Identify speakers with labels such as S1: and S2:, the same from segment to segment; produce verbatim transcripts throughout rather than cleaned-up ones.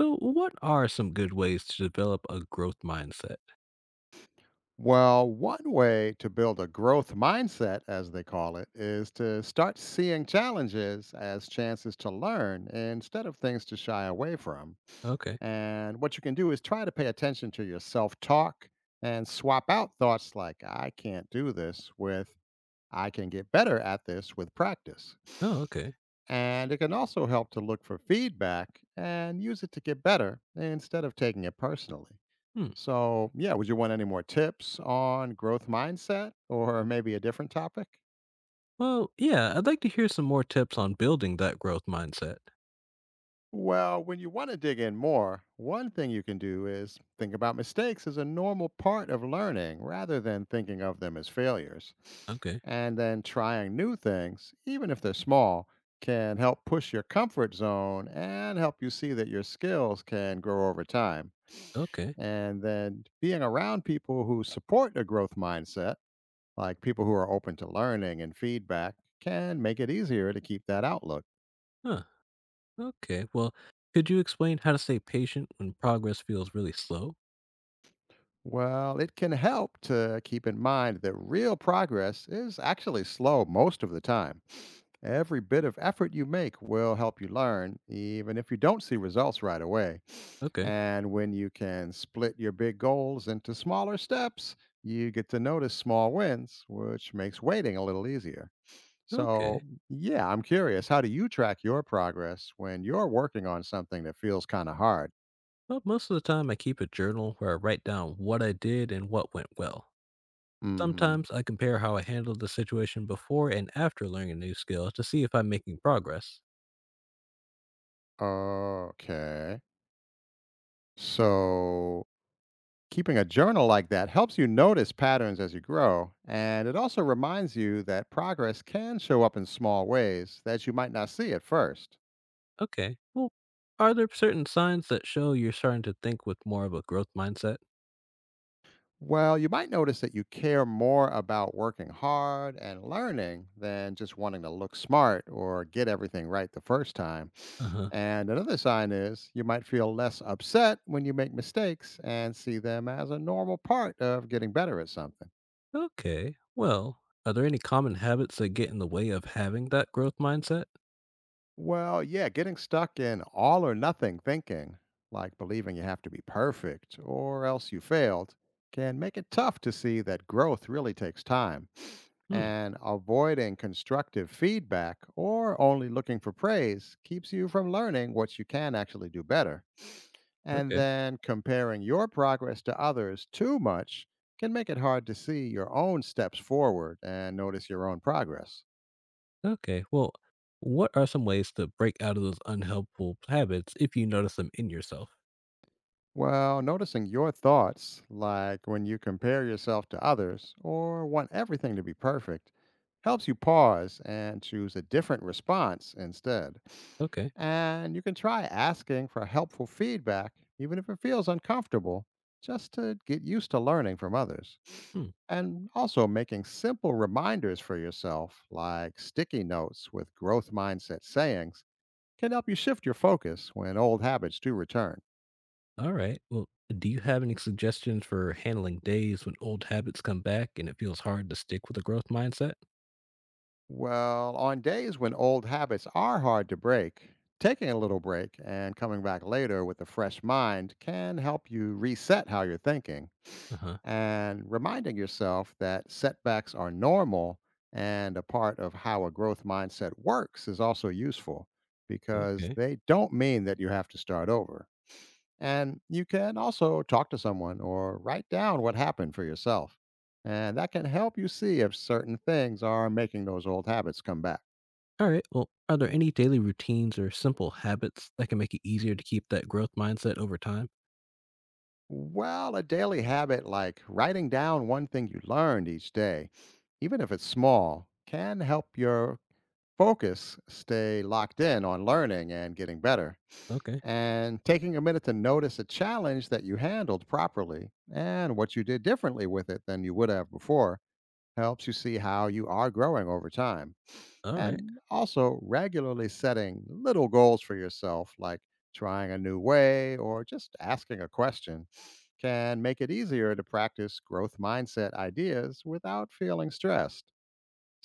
S1: So, what are some good ways to develop a growth mindset?
S2: Well, one way to build a growth mindset, as they call it, is to start seeing challenges as chances to learn instead of things to shy away from.
S1: Okay.
S2: And what you can do is try to pay attention to your self talk and swap out thoughts like, I can't do this, with, I can get better at this with practice.
S1: Oh, okay.
S2: And it can also help to look for feedback and use it to get better instead of taking it personally.
S1: Hmm.
S2: So, yeah, would you want any more tips on growth mindset or maybe a different topic?
S1: Well, yeah, I'd like to hear some more tips on building that growth mindset.
S2: Well, when you want to dig in more, one thing you can do is think about mistakes as a normal part of learning rather than thinking of them as failures.
S1: Okay.
S2: And then trying new things, even if they're small, can help push your comfort zone and help you see that your skills can grow over time.
S1: Okay.
S2: And then being around people who support a growth mindset, like people who are open to learning and feedback, can make it easier to keep that outlook.
S1: Huh. Okay. Well, could you explain how to stay patient when progress feels really slow?
S2: Well, it can help to keep in mind that real progress is actually slow most of the time. Every bit of effort you make will help you learn, even if you don't see results right away.
S1: Okay.
S2: And when you can split your big goals into smaller steps, you get to notice small wins, which makes waiting a little easier.
S1: Okay.
S2: So, yeah, I'm curious. How do you track your progress when you're working on something that feels kind of hard?
S1: Well, most of the time I keep a journal where I write down what I did and what went well.
S2: Hmm.
S1: Sometimes I compare how I handled the situation before and after learning a new skill to see if I'm making progress.
S2: Okay. So, keeping a journal like that helps you notice patterns as you grow. And it also reminds you that progress can show up in small ways that you might not see at first.
S1: Okay. Well, are there certain signs that show you're starting to think with more of a growth mindset?
S2: Well, you might notice that you care more about working hard and learning than just wanting to look smart or get everything right the first time.
S1: Uh huh.
S2: And another sign is you might feel less upset when you make mistakes and see them as a normal part of getting better at something.
S1: Okay. Well, are there any common habits that get in the way of having that growth mindset?
S2: Well, yeah, getting stuck in all or nothing thinking, like believing you have to be perfect or else you failed, can make it tough to see that growth really takes time.
S1: Hmm.
S2: And avoiding constructive feedback or only looking for praise keeps you from learning what you can actually do better. And
S1: Okay.
S2: then comparing your progress to others too much can make it hard to see your own steps forward and notice your own progress.
S1: Okay. Well, what are some ways to break out of those unhelpful habits if you notice them in yourself?
S2: Well, noticing your thoughts, like when you compare yourself to others or want everything to be perfect, helps you pause and choose a different response instead.
S1: Okay.
S2: And you can try asking for helpful feedback, even if it feels uncomfortable, just to get used to learning from others.
S1: Hmm.
S2: And also making simple reminders for yourself, like sticky notes with growth mindset sayings, can help you shift your focus when old habits do return.
S1: All right. Well, do you have any suggestions for handling days when old habits come back and it feels hard to stick with a growth mindset?
S2: Well, on days when old habits are hard to break, taking a little break and coming back later with a fresh mind can help you reset how you're thinking,
S1: Uh huh.
S2: and reminding yourself that setbacks are normal and a part of how a growth mindset works is also useful because
S1: Okay.
S2: they don't mean that you have to start over. And you can also talk to someone or write down what happened for yourself. And that can help you see if certain things are making those old habits come back.
S1: All right. Well, are there any daily routines or simple habits that can make it easier to keep that growth mindset over time?
S2: Well, a daily habit like writing down one thing you learned each day, even if it's small, can help your focus stay locked in on learning and getting better.
S1: Okay.
S2: And taking a minute to notice a challenge that you handled properly and what you did differently with it than you would have before helps you see how you are growing over time,
S1: All right.
S2: and also regularly setting little goals for yourself, like trying a new way or just asking a question, can make it easier to practice growth mindset ideas without feeling stressed.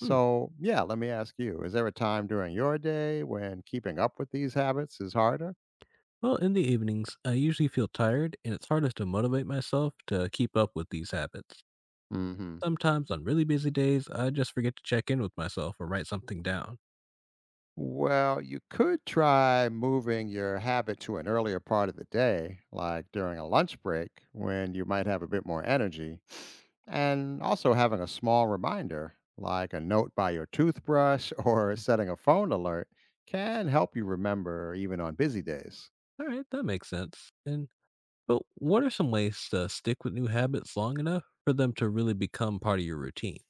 S1: Hmm.
S2: yeah, let me ask you, is there a time during your day when keeping up with these habits is harder?
S1: Well, in the evenings, I usually feel tired and it's hardest to motivate myself to keep up with these habits.
S2: Hmm.
S1: Sometimes on really busy days, I just forget to check in with myself or write something down.
S2: Well, you could try moving your habit to an earlier part of the day, like during a lunch break when you might have a bit more energy. And also having a small reminder, like a note by your toothbrush or setting a phone alert, can help you remember even on busy days.
S1: All right, that makes sense. And but what are some ways to stick with new habits long enough for them to really become part of your routine?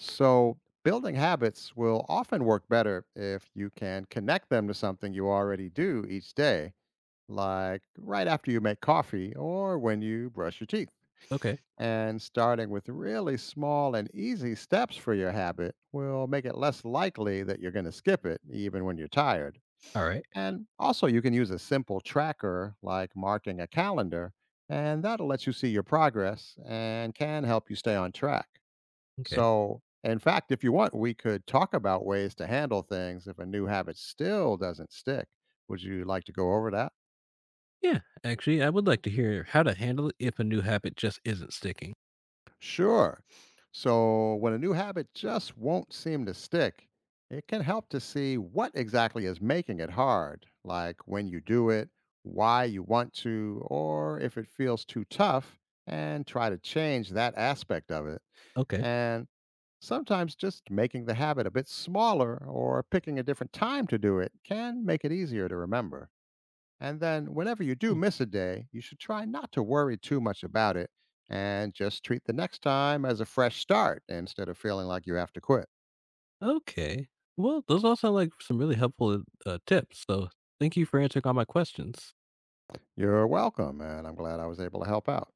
S2: So, building habits will often work better if you can connect them to something you already do each day, like right after you make coffee or when you brush your teeth.
S1: Okay.
S2: And starting with really small and easy steps for your habit will make it less likely that you're going to skip it, even when you're tired.
S1: All right.
S2: And also, you can use a simple tracker like marking a calendar, and that'll let you see your progress and can help you stay on track.
S1: Okay.
S2: So, in fact, if you want, we could talk about ways to handle things if a new habit still doesn't stick. Would you like to go over that?
S1: Yeah, actually, I would like to hear how to handle it if a new habit just isn't sticking.
S2: Sure. So, when a new habit just won't seem to stick, it can help to see what exactly is making it hard, like when you do it, why you want to, or if it feels too tough, and try to change that aspect of it.
S1: Okay.
S2: And sometimes just making the habit a bit smaller or picking a different time to do it can make it easier to remember. And then, whenever you do
S1: Hmm.
S2: miss a day, you should try not to worry too much about it and just treat the next time as a fresh start instead of feeling like you have to quit.
S1: Okay. Well, those all sound like some really helpful uh, tips. So thank you for answering all my questions.
S2: You're welcome, and I'm glad I was able to help out.